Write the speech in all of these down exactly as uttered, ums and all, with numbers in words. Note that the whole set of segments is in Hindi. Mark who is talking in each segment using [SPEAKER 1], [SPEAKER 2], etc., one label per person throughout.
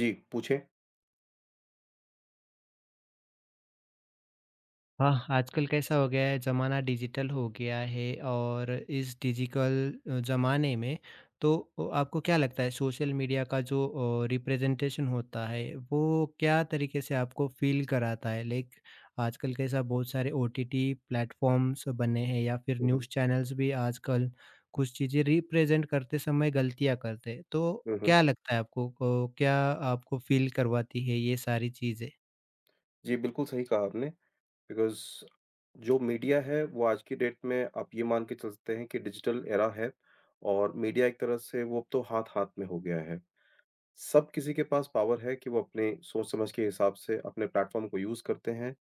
[SPEAKER 1] जी, पूछें।
[SPEAKER 2] हाँ, आजकल कैसा हो गया है, ज़माना डिजिटल हो गया है और इस डिजिटल ज़माने में तो अ, आपको क्या लगता है सोशल मीडिया का जो अ, रिप्रेजेंटेशन होता है वो क्या तरीके से आपको फ़ील कराता है? लाइक आजकल कैसा बहुत सारे ओटीटी प्लेटफ़ॉर्म्स बने हैं या फिर
[SPEAKER 1] हुँ, हुँ,
[SPEAKER 2] न्यूज़ चैनल्स भी आजकल कुछ चीज़ें रिप्रेजेंट करते समय गलतियाँ करते हैं। तो
[SPEAKER 1] हुँ, हुँ।
[SPEAKER 2] क्या लगता है आपको को क्या आपको फ़ील करवाती है ये सारी चीज़ें?
[SPEAKER 1] जी, बिल्कुल सही कहा आपने। बिकॉज़ जो मीडिया है वो आज की डेट में आप ये मान के चल सकते हैं कि डिजिटल एरा है और मीडिया एक तरह से वो अब तो हाथ-हाथ में हो गया है। सब किसी के पास पावर है कि वो अपने सोच-समझ के हिसाब से अपने प्लेटफ़ॉर्म को यूज़ करते हैं।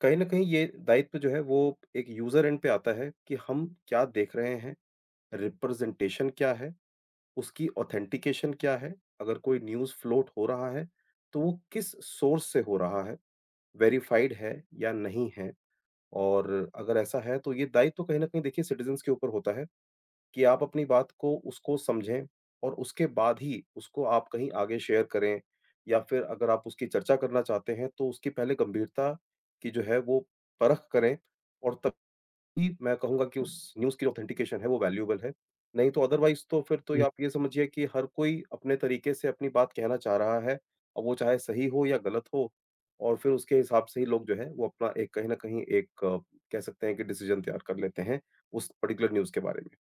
[SPEAKER 1] कहीं न कहीं ये दायित्व जो है वो एक यूज़र एंड पे आता है कि हम क्या देख रहे हैं, रिप्रेज़ेंटेशन क्या है, उसकी ऑथेंटिकेशन क्या है, अगर कोई न्यूज़ फ्लोट हो रहा है, तो वो किस सोर्स से हो रहा है। वेरिफाइड है या नहीं है? और अगर ऐसा है तो ये दायित्व तो कहीं न कहीं देखिए सिटीज़न्स के ऊपर होता है कि आप अपनी बात को उसको समझें और उसके बाद ही उसको आप कहीं आगे शेयर करें या फिर अगर आप उसकी चर्चा करना चाहते हैं तो उसकी पहले गंभीरता की जो है वो परख करें और तब ही मैं कहूँगा कि उस न्यूज़ की जो ऑथेंटिकेशन है वो वैल्यूएबल है। नहीं तो अदरवाइज़ तो फिर तो ये आप ये समझिए कि हर कोई अपने तरीके से अपनी बात कहना चाह रहा है, अब वो चाहे सही हो या गलत हो और फिर उसके हिसाब से ही लोग जो है वो अपना एक कहीं न कहीं एक अ, कह सकते हैं कि डिसीज़न तैयार कर लेते हैं, उस पर्टिकुलर न्यूज़ के बारे में।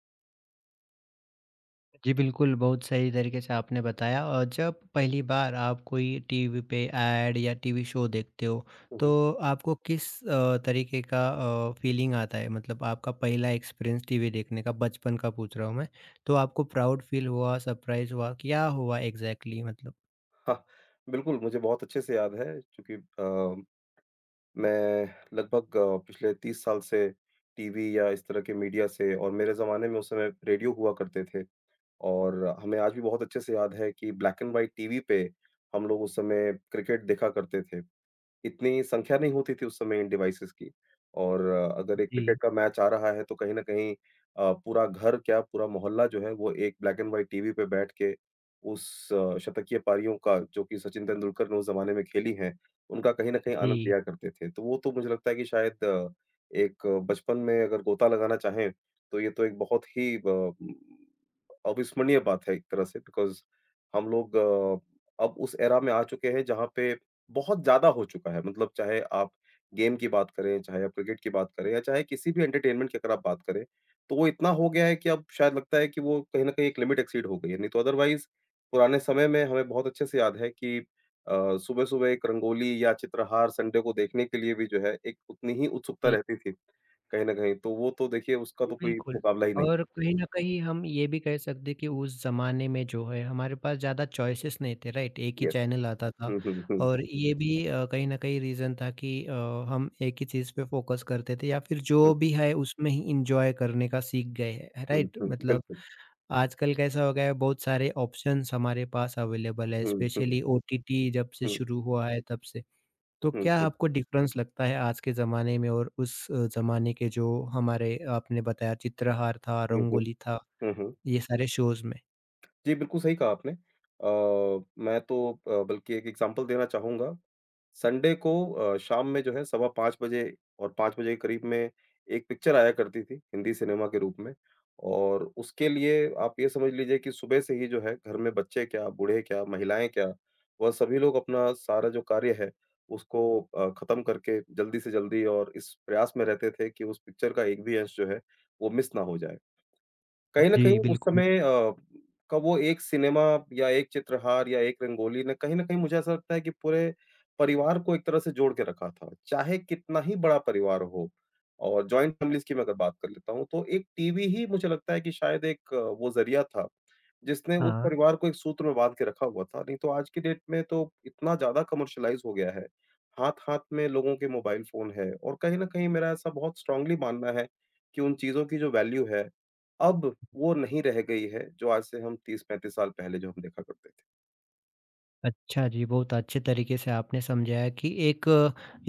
[SPEAKER 2] जी, बिल्कुल, बहुत सही तरीके से आपने बताया। और जब पहली बार आप कोई टीवी पे ऐड या टीवी शो देखते हो,
[SPEAKER 1] हुँ, हुँ।
[SPEAKER 2] तो आपको किस अ, तरीके का अ, फ़ीलिंग आता है? मतलब आपका पहला एक्सपीरियंस टीवी देखने का बचपन का पूछ रहा हूँ मैं, तो आपको प्राउड फ़ील हुआ, सरप्राइज़ हुआ, क्या हुआ एग्ज़ैक्टली मतलब?
[SPEAKER 1] हाँ, बिल्कुल मुझे बहुत अच्छे से याद है क्योंकि अ, मैं लगभग अ, पिछले तीस साल से टीवी या इस तरह के मीडिया से और मेरे ज़माने में उस समय रेडियो हुआ करते थे। और हमें आज भी बहुत अच्छे से याद है कि ब्लैक एंड व्हाइट टीवी पे हम लोग उस समय क्रिकेट देखा करते थे। इतनी संख्या नहीं होती थी उस समय इन डिवाइसेज़ की और अ, अगर एक क्रिकेट
[SPEAKER 2] जी,
[SPEAKER 1] का मैच आ रहा है तो कहीं न कहीं अ, पूरा घर क्या पूरा मोहल्ला जो है वो एक ब्लैक एंड व्हाइट टीवी पे बैठ के उस अ, शतकीय पारियों का जो कि सचिन तेंदुलकर ने उस ज़माने में खेली हैं, उनका कहीं न कहीं आनंद
[SPEAKER 2] जी,
[SPEAKER 1] लिया करते थे। तो वो तो मुझे लगता है कि शायद अ, एक अ, बचपन में अगर गोता लगाना चाहें तो ये तो एक बहुत ही ब उम, अविस्मरणीय बात है एक तरह से। बिकॉज़ हम लोग अ, अब उस एरा में आ चुके हैं जहाँ पे बहुत ज़्यादा हो चुका है। मतलब चाहे आप गेम की बात करें, चाहे आप क्रिकेट की बात करें या चाहे किसी भी एंटरटेनमेंट की अगर आप बात करें, तो वो इतना हो गया है कि अब शायद लगता है कि वो कहीं न कहीं एक लिमिट एक्सीड हो गई है। नहीं तो अदरवाइज़ पुराने समय में हमें बहुत अच्छे से याद है कि अ, सुबह-सुबह एक रंगोली या चित्रहार संडे को देखने के लिए भी जो है एक उतनी ही उत्सुकता
[SPEAKER 2] जी।
[SPEAKER 1] रहती थी, कहीं न कहीं। तो वो तो देखिए उसका
[SPEAKER 2] जी,
[SPEAKER 1] तो कोई
[SPEAKER 2] बिल्कुल।
[SPEAKER 1] मुकाबला ही नहीं।
[SPEAKER 2] और कहीं न कहीं हम ये भी कह सकते हैं कि उस ज़माने में जो है हमारे पास ज़्यादा चॉइसेस नहीं थे, राइट? एक ही
[SPEAKER 1] यस।
[SPEAKER 2] चैनल आता था
[SPEAKER 1] हुँ, हुँ, हुँ,
[SPEAKER 2] और ये भी अ, कहीं न कहीं रीज़न था कि अ, हम एक ही चीज़ पे फ़ोकस करते थे या फिर
[SPEAKER 1] हुँ,
[SPEAKER 2] जो भी है उसमें ही एन्जॉय करने का सीख गए हैं,
[SPEAKER 1] हुँ,
[SPEAKER 2] राइट?
[SPEAKER 1] हुँ,
[SPEAKER 2] मतलब
[SPEAKER 1] बिल्कुल।
[SPEAKER 2] आजकल कैसा हो गया है, बहुत सारे ऑप्शंस हमारे पास अवेलेबल है,
[SPEAKER 1] हुँ, हुँ,
[SPEAKER 2] स्पेशली ओटीटी जब से
[SPEAKER 1] हुँ,
[SPEAKER 2] शुरू हुआ है तब से। तो
[SPEAKER 1] हुँ,
[SPEAKER 2] क्या
[SPEAKER 1] हुँ,
[SPEAKER 2] आपको डिफरेंस लगता है आज के ज़माने में और उस अ, ज़माने के जो हमारे आपने बताया चित्रहार था,
[SPEAKER 1] हुँ, हुँ,
[SPEAKER 2] रंगोली था,
[SPEAKER 1] हुँ, हुँ।
[SPEAKER 2] ये सारे शोज़ में?
[SPEAKER 1] जी, बिल्कुल सही कहा आपने। अ, मैं तो अ, बल्कि एक एग्ज़ाम्पल देना चाहूँगा। संडे को अ, शाम में जो है सवा पाँच बजे और पाँच बजे के करीब में एक पिक्चर आया करती थी, हिंदी सिनेमा के रूप में और उसके लिए आप ये समझ लीजिए कि सुबह से ही जो है घर में बच्चे क्या, बूढ़े क्या, महिलाएँ क्या, वह सभी लोग अपना सारा जो कार्य है उसको अ, ख़त्म करके जल्दी से जल्दी और इस प्रयास में रहते थे कि उस पिक्चर का एक भी अंश जो है वो मिस ना हो जाए। कहीं न कहीं
[SPEAKER 2] जी,
[SPEAKER 1] उस
[SPEAKER 2] बिल्कुल।
[SPEAKER 1] समय अ, का वो एक सिनेमा या एक चित्रहार या एक रंगोली ने कहीं न कहीं मुझे ऐसा लगता है कि पूरे परिवार को एक तरह से जोड़ के रखा था। चाहे कितना ही बड़ा परिवार हो और जॉइंट फैमिलीज़ की मैं अगर बात कर लेता हूँ, तो एक टीवी ही मुझे लगता है कि शायद एक अ, वो ज़रिया था जिसने उस
[SPEAKER 2] हाँ।
[SPEAKER 1] परिवार को एक सूत्र में बाँध के रखा हुआ था। नहीं तो आज की डेट में तो इतना ज़्यादा कमर्शियलाइज़ हो गया है, हाथ-हाथ में लोगों के मोबाइल फ़ोन है और कहीं न कहीं मेरा ऐसा बहुत स्ट्रॉन्गली मानना है कि उन चीज़ों की जो वैल्यू है, अब वो नहीं रह गई है, जो आज से हम तीस पैंतीस साल पहले जो हम देखा करते थे।
[SPEAKER 2] अच्छा जी, बहुत अच्छे तरीके से आपने समझाया कि एक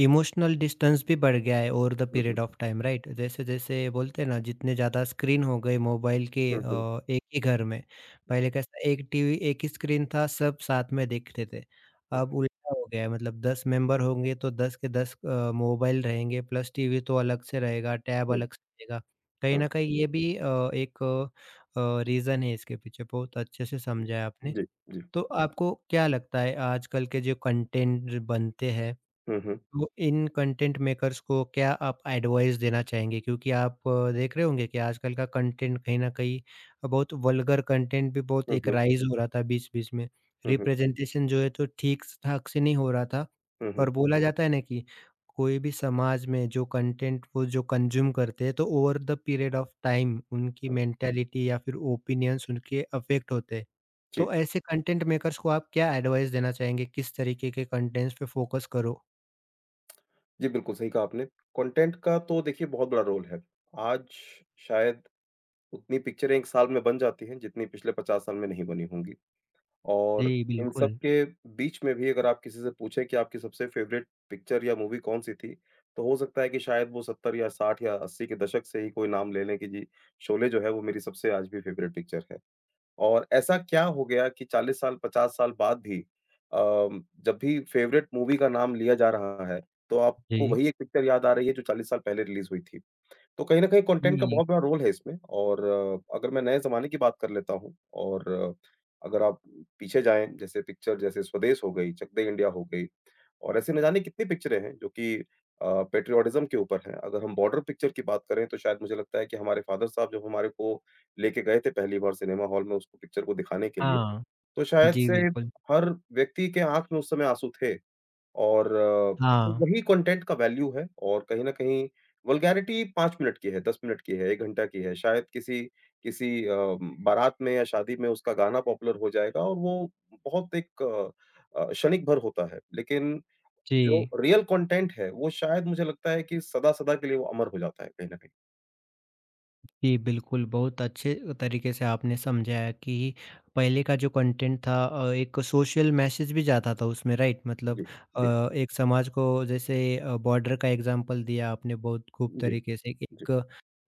[SPEAKER 2] इमोशनल डिस्टेंस भी बढ़ गया है over the
[SPEAKER 1] hmm,
[SPEAKER 2] period
[SPEAKER 1] hmm.
[SPEAKER 2] Of time, right? जैसे-जैसे बोलते हैं ना जितने ज़्यादा स्क्रीन हो गए मोबाइल के
[SPEAKER 1] हुँ, हुँ।
[SPEAKER 2] अ, एक ही घर में। पहले कैसा एक टीवी, एक ही स्क्रीन था, सब साथ में देखते थे। अब
[SPEAKER 1] हुँ,
[SPEAKER 2] उल्टा हो गया है, मतलब दस मेंबर होंगे तो दस के दस अ, मोबाइल रहेंगे, प्लस टीवी तो अलग से रहेगा, टैब
[SPEAKER 1] हुँ,
[SPEAKER 2] अलग से रहेगा। कहीं न
[SPEAKER 1] हुँ,
[SPEAKER 2] कहीं ये भी अ, एक अ, रीज़न है इसके पीछे, बहुत अच्छे से
[SPEAKER 1] हुँ।
[SPEAKER 2] समझाया आपने।
[SPEAKER 1] जी, जी।
[SPEAKER 2] तो आपको क्या लगता है आजकल के जो कंटेंट बनते हैं,
[SPEAKER 1] हुँ, हुँ।
[SPEAKER 2] तो इन कंटेंट मेकर्स को क्या आप एडवाइस देना चाहेंगे? क्योंकि आप अ, देख रहे होंगे कि आजकल का कंटेंट कहीं न कहीं अ, बहुत वल्गर कंटेंट भी बहुत
[SPEAKER 1] हुँ,
[SPEAKER 2] एक
[SPEAKER 1] हुँ।
[SPEAKER 2] राइज़ हो रहा था बीच-बीच में।
[SPEAKER 1] हुँ, हुँ।
[SPEAKER 2] रिप्रेजेंटेशन जो है तो ठीक-ठाक से नहीं हो रहा था
[SPEAKER 1] हुँ, हुँ।
[SPEAKER 2] और बोला जाता है ना कि कोई भी समाज में जो कंटेंट वो जो कंज़्यूम करते हैं तो over the period of time उनकी
[SPEAKER 1] हुँ।
[SPEAKER 2] मेंटालिटी या फिर ओपिनियंस उनके अफ़ेक्ट होते हैं।
[SPEAKER 1] जी।
[SPEAKER 2] तो ऐसे कंटेंट मेकर्स को आप क्या एडवाइस देना चाहेंगे? किस तरीके के कंटेंट्स पे फ़ोकस करो?
[SPEAKER 1] जी, बिल्कुल सही कहा आपने। कंटेंट का तो देखिए बहुत बड़ा रोल है। आज शायद उतनी पिक्चरें एक साल में बन जाती हैं, जितनी पिछले पचास साल में नहीं बनी होंगी और
[SPEAKER 2] जी,
[SPEAKER 1] इन सब
[SPEAKER 2] बिल्कुल।
[SPEAKER 1] के बीच में भी अगर आप किसी से पूछें कि आपकी सबसे फ़ेवरेट पिक्चर या मूवी कौन-सी थी, तो हो सकता है कि शायद वो सत्तर या साठ या अस्सी के दशक से ही कोई नाम ले लें कि जी, शोले जो है वो मेरी सबसे आज भी फ़ेवरेट पिक्चर है। और ऐसा क्या हो गया कि चालीस साल, पचास साल बाद भी अम, जब भी फ़ेवरेट मूवी का नाम लिया जा रहा है, तो आपको
[SPEAKER 2] जी।
[SPEAKER 1] वही एक पिक्चर याद आ रही है जो चालीस साल पहले रिलीज़ हुई थी? तो कहीं न कहीं कंटेंट का
[SPEAKER 2] जी,
[SPEAKER 1] बहुत बड़ा रोल है इसमें और अ, अगर मैं नए ज़माने की बात कर लेता हूँ और अ, अगर आप पीछे जाएँ, जैसे पिक्चर जैसे स्वदेश हो गई, चक दे इंडिया हो गई और ऐसे न जाने कितनी पिक्चरें हैं जो कि अ, पैट्रियोटिज़्म के ऊपर हैं। अगर हम बॉर्डर पिक्चर की बात करें तो शायद मुझे लगता है कि हमारे फ़ादर साहब जब हमारे को लेके गए थे पहली बार सिनेमा हॉल में उसको पिक्चर को दिखाने के लिए,
[SPEAKER 2] हाँ।
[SPEAKER 1] तो शायद
[SPEAKER 2] जी,
[SPEAKER 1] से
[SPEAKER 2] बिल्कुल।
[SPEAKER 1] हर व्यक्ति के आँख में उस समय आँसू थे। और अ,
[SPEAKER 2] हाँ,
[SPEAKER 1] वही कंटेंट का वैल्यू है और कहीं न कहीं वल्गैरिटी पाँच मिनट की है, दस मिनट की है, एक घंटा की है। शायद किसी किसी अ, बारात में या शादी में उसका गाना पॉपुलर हो जाएगा और वो बहुत एक अ, अ, क्षणिक भर होता है। लेकिन
[SPEAKER 2] जी।
[SPEAKER 1] जो रियल कंटेंट है, वो शायद मुझे लगता है कि सदा-सदा के लिए वो अमर हो जाता है कहीं न कहीं।
[SPEAKER 2] जी, बिल्कुल, बहुत अच्छे तरीके से आपने समझाया कि पहले का जो कंटेंट था अ, एक सोशल मैसेज भी जाता था उसमें, राइट? मतलब
[SPEAKER 1] जी, जी,
[SPEAKER 2] अ, एक समाज को, जैसे अ, बॉर्डर का एग्ज़ाम्पल दिया आपने बहुत खूब
[SPEAKER 1] जी,
[SPEAKER 2] तरीके से कि एक
[SPEAKER 1] जी,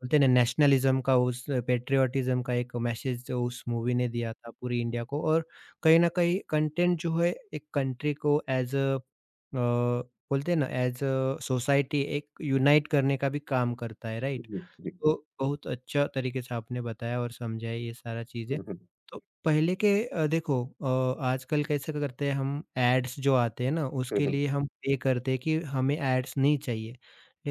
[SPEAKER 2] बोलते हैं ना नेशनलिज़्म का, उस पैट्रियोटिज़्म का एक मैसेज उस मूवी ने दिया था पूरी इंडिया को। और कहीं न कहीं कंटेंट जो है एक कंट्री को एज़ अ अ, बोलते हैं ना एज़ अ सोसाइटी एक यूनाइट करने का भी काम करता है, राइट?
[SPEAKER 1] जी, जी।
[SPEAKER 2] तो बहुत अच्छा तरीके से आपने बताया और समझाया ये सारा
[SPEAKER 1] हुँ,
[SPEAKER 2] चीज़ें।
[SPEAKER 1] हुँ।
[SPEAKER 2] तो पहले के अ, देखो अ, आजकल कैसे करते हैं हम, एड्स जो आते हैं ना
[SPEAKER 1] हुँ,
[SPEAKER 2] उसके
[SPEAKER 1] हुँ,
[SPEAKER 2] लिए हम पे करते हैं कि हमें एड्स नहीं चाहिए।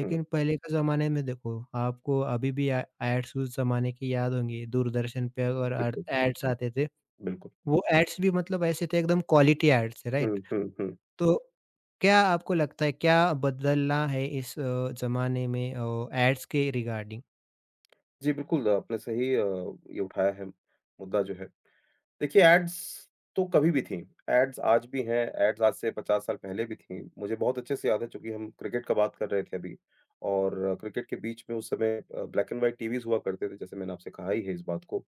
[SPEAKER 1] हुँ।
[SPEAKER 2] पहले के ज़माने में देखो, आपको अभी भी ए एड्स उस ज़माने की याद होंगी, दूरदर्शन पे और अर
[SPEAKER 1] बिल्कुल,
[SPEAKER 2] एड्स आते थे।
[SPEAKER 1] बिल्कुल।
[SPEAKER 2] वो एड्स भी मतलब ऐसे थे, एकदम क्वालिटी एड्स थे,
[SPEAKER 1] हुँ,
[SPEAKER 2] राइट?
[SPEAKER 1] हुँ, हुँ।
[SPEAKER 2] तो क्या आपको लगता है क्या बदलना है इस अ, ज़माने में अ, एड्स के रिगार्डिंग?
[SPEAKER 1] जी, बिल्कुल आपने सही अ, ये उठाया है मुद्दा जो है। देखिए, एड्स तो कभी भी थीं। एड्स आज भी हैं, एड्स आज से पचास साल पहले भी थीं। मुझे बहुत अच्छे से याद है चूँकि हम क्रिकेट का बात कर रहे थे अभी और क्रिकेट के बीच में उस समय अ, ब्लैक एंड व्हाइट टीवीज़ हुआ करते थे, जैसे मैंने आपसे कहा ही है इस बात को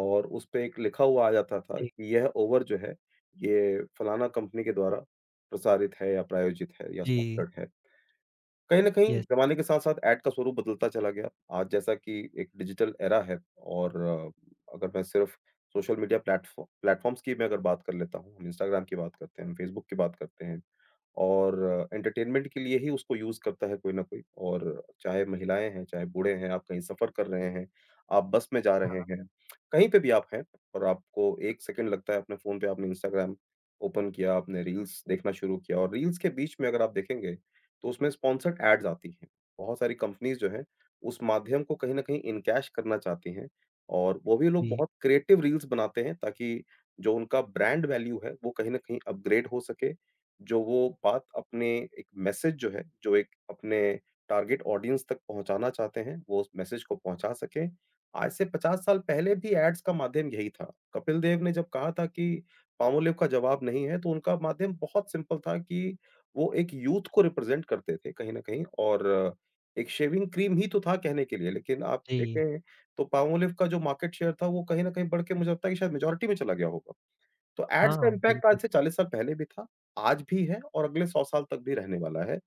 [SPEAKER 1] और उस पे एक लिखा हुआ आ जाता था
[SPEAKER 2] जी।
[SPEAKER 1] कि यह ओवर जो है, ये फलाना कंपनी के द्वारा प्रसारित है या प्रायोजित है या
[SPEAKER 2] जी।
[SPEAKER 1] स्पॉन्सर्ड है। कहीं न कहीं
[SPEAKER 2] यस,
[SPEAKER 1] ज़माने के साथ-साथ ऐड का स्वरूप बदलता चला गया। आज जैसा कि एक डिजिटल एरा है और अ, अगर मैं सिर्फ़ सोशल मीडिया प्लेटफ़ॉ प्लेटफ़ॉर्म्स की मैं अगर बात कर लेता हूँ, हम इंस्टाग्राम की बात करते हैं, हम फेसबुक की बात करते हैं। और एंटरटेनमेंट के लिए ही उसको यूज़ करता है कोई ना कोई और चाहे महिलाएँ हैं, चाहे बूढ़े हैं, आप कहीं सफ़र कर रहे हैं, आप बस में जा रहे
[SPEAKER 2] हाँ,
[SPEAKER 1] हैं, कहीं पे भी आप हैं और आपको एक सेकंड लगता है अपने फ़ोन पे आपने इंस्टाग्राम ओपन किया, आपने रील्स देखना शुरू किया और रील्स के बीच में अगर आप देखेंगे, तो उसमें स्पॉन्सर्ड एड्स आती हैं। बहुत सारी कंपनीज़ जो हैं, उस माध्यम को कहीं न कहीं इनकैश करना चाहती हैं और वो भी लोग
[SPEAKER 2] जी,
[SPEAKER 1] बहुत क्रिएटिव रील्स बनाते हैं ताकि जो उनका ब्रांड वैल्यू है, वो कहीं न कहीं अपग्रेड हो सके, जो वो बात अपने एक मैसेज जो है, जो एक अपने टारगेट ऑडियंस तक पहुँचाना चाहते हैं, वो उस मैसेज को पहुँचा सकें। आज से पचास साल पहले भी एड्स का माध्यम यही था। कपिल देव ने जब कहा था कि पामोलिव का जवाब नहीं है, तो उनका माध्यम बहुत सिंपल था कि वो एक यूथ को रिप्रेज़ेंट करते थे कहीं न कहीं और एक शेविंग क्रीम ही तो था कहने के लिए, लेकिन आप
[SPEAKER 2] जी।
[SPEAKER 1] देखें तो पामोलिव का जो मार्केट शेयर था, वो कहीं न कहीं बढ़ के मुझे लगता है कि शायद मेजॉरिटी में चला गया होगा। तो एड्स का
[SPEAKER 2] हाँ,
[SPEAKER 1] इम्पैक्ट
[SPEAKER 2] बिल्कुल।
[SPEAKER 1] आज से चालीस साल पहले भी था, आज भी है और अगले सौ साल तक भी रहने वाला है।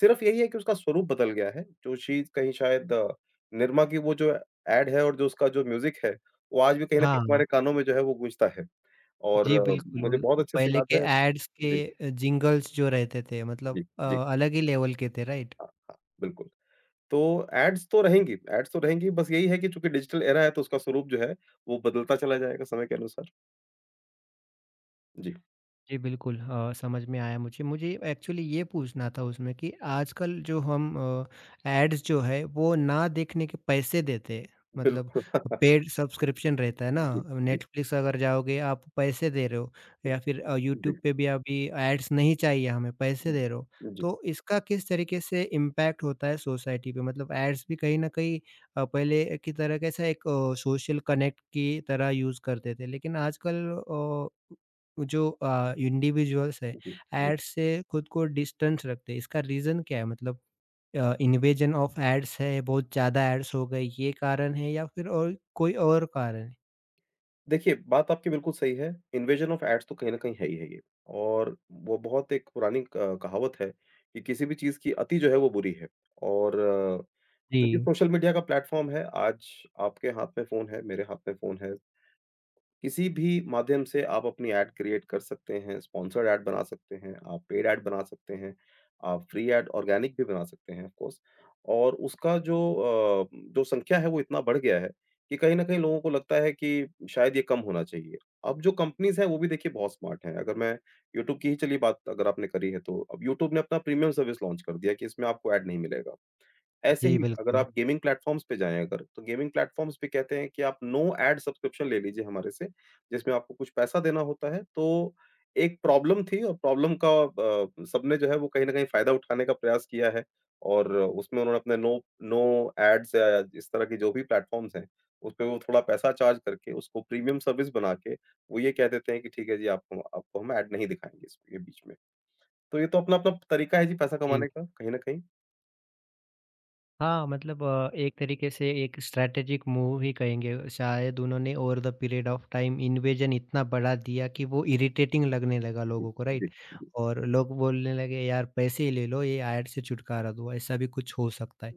[SPEAKER 1] सिर्फ़ यही है कि उसका स्वरूप बदल गया है, जो चीज़ कहीं शायद अ, निरमा की वो जो एड है और जो उसका जो म्यूज़िक है, वो आज भी कहीं न कहीं
[SPEAKER 2] हाँ,
[SPEAKER 1] हमारे कानों में जो है वो गूँजता है और
[SPEAKER 2] जी,
[SPEAKER 1] अ,
[SPEAKER 2] बिल्कुल।
[SPEAKER 1] मुझे बहुत
[SPEAKER 2] और
[SPEAKER 1] अच्छे से
[SPEAKER 2] पहले
[SPEAKER 1] याद
[SPEAKER 2] के
[SPEAKER 1] है।
[SPEAKER 2] एड्स के
[SPEAKER 1] जी,
[SPEAKER 2] अ, जिंगल्स जो रहते थे,
[SPEAKER 1] जी,
[SPEAKER 2] मतलब अ,
[SPEAKER 1] जी।
[SPEAKER 2] अलग ही लेवल के थे, राइट?
[SPEAKER 1] हाँ, हाँ, बिल्कुल। तो एड्स तो रहेंगी एड्स तो रहेंगी, बस यही है कि चूँकि डिजिटल एरा है तो उसका स्वरूप जो है वो बदलता चला जाएगा समय के अनुसार। जी,
[SPEAKER 2] जी, बिल्कुल, अ, समझ में आया मुझे। मुझे एक्चुअली ये पूछना था उसमें कि आजकल जो हम अ, एड्स जो है वो ना देखने के पैसे देते हैं। मतलब
[SPEAKER 1] बिल्कुल।
[SPEAKER 2] पेड सब्सक्रिप्शन रहता है ना,
[SPEAKER 1] जी, जी,
[SPEAKER 2] नेटफ्लिक्स अगर जाओगे आप पैसे दे रहे हो
[SPEAKER 1] जी,
[SPEAKER 2] या फिर अ, यूट्यूब
[SPEAKER 1] जी,
[SPEAKER 2] पे भी अभी एड्स नहीं चाहिए हमें,
[SPEAKER 1] जी।
[SPEAKER 2] पैसे दे रहे हो।
[SPEAKER 1] जी।
[SPEAKER 2] तो इसका किस तरीके से इम्पैक्ट होता है सोसाइटी पे? मतलब एड्स भी कहीं न कहीं अ, पहले की तरह कैसा एक अ, सोशल कनेक्ट की तरह यूज़ करते थे। लेकिन आजकल अ जो अ, इंडिविजुअल्स है,
[SPEAKER 1] जी, जी।
[SPEAKER 2] एड्स से खुद को डिस्टेंस रखते हैं, इसका रीज़न क्या है? मतलब अ, इन्वेजन ऑफ एड्स है, बहुत ज़्यादा एड्स हो गए ये कारण है या फिर और कोई और कारण है?
[SPEAKER 1] देखिए, बात आपकी बिल्कुल सही है, इन्वेजन ऑफ एड्स तो कहीं न कहीं है ही है ये और वो बहुत एक पुरानी क कहावत है कि किसी भी चीज़ की अति जो है वो बुरी है और
[SPEAKER 2] जी।
[SPEAKER 1] चूँकि सोशल मीडिया का प्लेटफ़ॉर्म है, आज आपके हाथ में फ़ोन है, मेरे हाथ में फ़ोन है। किसी भी माध्यम से आप अपनी ऐड क्रिएट कर सकते हैं, स्पॉन्सर्ड ऐड बना सकते हैं, आप पेड ऐड बना सकते हैं, आप फ्री ऐड, ऑर्गेनिक भी बना सकते हैं ऑफ कोर्स। और उसका जो अ, जो संख्या है वो इतना बढ़ गया है कि कहीं न कहीं लोगों को लगता है कि शायद ये कम होना चाहिए। अब जो कंपनीज़ हैं वो भी देखिए बहुत स्मार्ट हैं। अगर मैं यूट्यूब की ही चलिए बात अगर आपने करी है तो, अब यूट्यूब ने अपना प्रीमियम सर्विस लॉन्च कर दिया है कि इसमें आपको ऐड नहीं मिलेगा। ऐसे
[SPEAKER 2] जी,
[SPEAKER 1] ही अगर
[SPEAKER 2] बिल्कुल।
[SPEAKER 1] आप गेमिंग प्लेटफ़ॉर्म्स पे जाएँ अगर, तो गेमिंग प्लेटफ़ॉर्म्स पे कहते हैं कि आप नो एड सब्सक्रिप्शन ले लीजिए हमारे से, जिसमें आपको कुछ पैसा देना होता है। तो एक प्रॉब्लम थी और प्रॉब्लम का अ, सबने जो है वो कहीं न कहीं फ़ायदा उठाने का प्रयास किया है और उसमें उन्होंने अपने नो नो एड्स या इस तरह के जो भी प्लेटफ़ॉर्म्स हैं, उसपे वो थोड़ा पैसा चार्ज करके उसको प्रीमियम सर्विस बना के वो ये कह देते हैं कि ठीक है जी, आप हम आपको हम एड नहीं दिखाएँगे इसके बीच में। तो ये तो अपना-अपना तरीका है जी पैसा
[SPEAKER 2] जी।
[SPEAKER 1] कमाने का कहीं न कहीं।
[SPEAKER 2] हाँ, मतलब अ, एक तरीके से एक स्ट्रैटेजिक मूव ही कहेंगे शायद, उन्होंने over the period of time invasion इतना बढ़ा दिया कि वो इरिटेटिंग लगने लगा
[SPEAKER 1] जी,
[SPEAKER 2] लोगों को,
[SPEAKER 1] जी,
[SPEAKER 2] राइट?
[SPEAKER 1] जी,
[SPEAKER 2] और लोग बोलने लगे यार पैसे ही ले लो, ये ऐड से छुटकारा दो, ऐसा भी कुछ हो सकता है।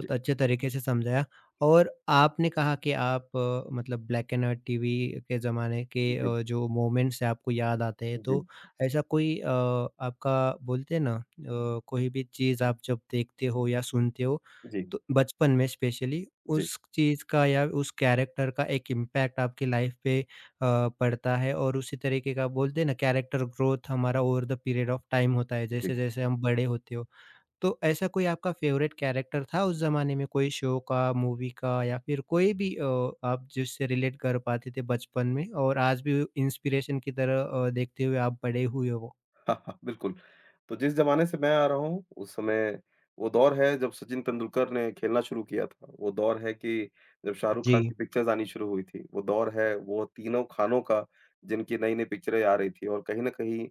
[SPEAKER 1] जी।
[SPEAKER 2] अच्छे तरीके से समझाया। और आपने कहा कि आप अ, मतलब ब्लैक एंड व्हाइट टीवी के ज़माने के
[SPEAKER 1] जी,
[SPEAKER 2] अ, जो मोमेंट्स हैं आपको याद आते हैं, तो
[SPEAKER 1] जी,
[SPEAKER 2] ऐसा कोई अ, आपका बोलते हैं ना अ, कोई भी चीज़ आप जब देखते हो या सुनते हो
[SPEAKER 1] जी,
[SPEAKER 2] तो बचपन में स्पेशली
[SPEAKER 1] जी,
[SPEAKER 2] उस चीज़ का या उस कैरेक्टर का एक इम्पैक्ट आपकी लाइफ पे अ, पड़ता है। और उसी तरीके का बोलते हैं ना कैरेक्टर ग्रोथ हमारा over the period of time होता है
[SPEAKER 1] जी।
[SPEAKER 2] जैसे-जैसे हम बड़े होते हो। तो ऐसा कोई आपका फ़ेवरेट कैरेक्टर था उस ज़माने में कोई शो का, मूवी का या फिर कोई भी अ, आप जिससे रिलेट कर पाते थे बचपन में और आज भी इंस्पिरेशन की तरह अ, देखते हुए आप बड़े हुए हो?
[SPEAKER 1] हाँ हाँ बिल्कुल, तो जिस ज़माने से मैं आ रहा हूँ, उस समय वो दौर है जब सचिन तेंदुलकर ने खेलना शुरू किया था। वो दौर है कि जब शाहरुख खान
[SPEAKER 2] जी,
[SPEAKER 1] की पिक्चर्स आनी शुरू हुई थी। वो दौर है वो तीनों खानों का जिनकी नई-नई पिक्चरें आ रही थी और कहीं न कहीं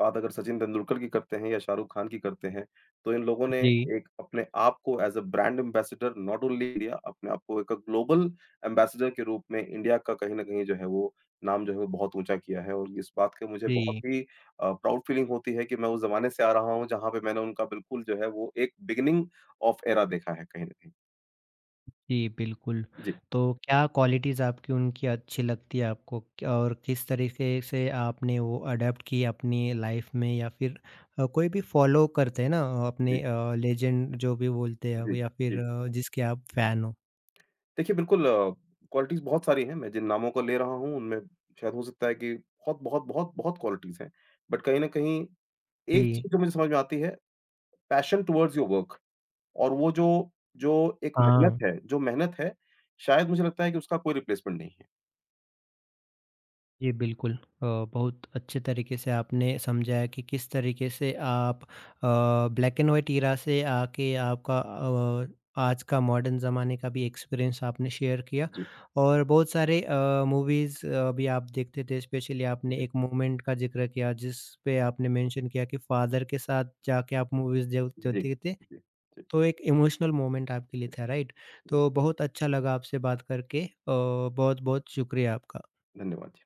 [SPEAKER 1] बात अगर सचिन तेंदुलकर की करते हैं या शाहरुख खान की करते हैं, तो इन लोगों ने
[SPEAKER 2] जी,
[SPEAKER 1] एक अपने आप को as a brand ambassador not only India, अपने आप को एक ग्लोबल एम्बेसडर के रूप में इंडिया का कहीं न कहीं जो है वो नाम जो है वो बहुत ऊँचा किया है और इस बात की मुझे बहुत
[SPEAKER 2] जी।
[SPEAKER 1] ही अ, प्राउड फीलिंग होती है कि मैं उस ज़माने से आ रहा हूँ, जहाँ पे मैंने उनका बिल्कुल जो है वो एक बिगिनिंग ऑफ एरा देखा है कहीं न कहीं।
[SPEAKER 2] जी, बिल्कुल।
[SPEAKER 1] जी,
[SPEAKER 2] तो क्या क्वालिटीज़ आपकी उनकी अच्छी लगती है आपको क और किस तरीके से आपने वो अडॉप्ट की अपनी लाइफ़ में या फिर अ, कोई भी फ़ॉलो करते हैं ना
[SPEAKER 1] जी,
[SPEAKER 2] अपने अ, अपने लेजेंड जो भी बोलते हैं
[SPEAKER 1] जी,
[SPEAKER 2] या फिर
[SPEAKER 1] जी।
[SPEAKER 2] अ, जिसके आप फ़ैन हो?
[SPEAKER 1] देखिए, बिल्कुल अ, क्वालिटीज़ बहुत सारी हैं, मैं जिन नामों को ले रहा हूँ, उनमें शायद हो सकता है कि बहुत, बहुत, बहुत, बहुत क्वालिटीज़ हैं। बट कहीं न कहीं एक
[SPEAKER 2] जी,
[SPEAKER 1] चीज़ जो मुझे समझ में आती है, पैशन टुवर्ड्स योर वर्क और वो जो जो एक मेहनत
[SPEAKER 2] हाँ।
[SPEAKER 1] है जो मेहनत है, शायद मुझे लगता है कि उसका कोई रिप्लेसमेंट नहीं है।
[SPEAKER 2] जी, बिल्कुल। अ, बहुत अच्छे तरीके से आपने समझाया कि किस तरीके से आप अ, ब्लैक एंड व्हाइट इरा से आके आपका अ, आज का मॉडर्न ज़माने का भी एक्सपीरियंस आपने शेयर किया।
[SPEAKER 1] जी,
[SPEAKER 2] और बहुत सारे अ, मूवीज़ अ, भी आप देखते थे, स्पेशली
[SPEAKER 1] जी,
[SPEAKER 2] आपने
[SPEAKER 1] जी,
[SPEAKER 2] एक मोमेंट का ज़िक्र किया, जिस पे आपने मेंशन किया कि फ़ादर के साथ जाके आप मूवीज़ देव
[SPEAKER 1] जी,
[SPEAKER 2] देखते थे,
[SPEAKER 1] जी, जी,
[SPEAKER 2] तो एक इमोशनल मोमेंट आपके लिए था, राइट?
[SPEAKER 1] जी।
[SPEAKER 2] तो बहुत अच्छा लगा आपसे बात करके, अ, बहुत-बहुत शुक्रिया आपका।
[SPEAKER 1] धन्यवाद।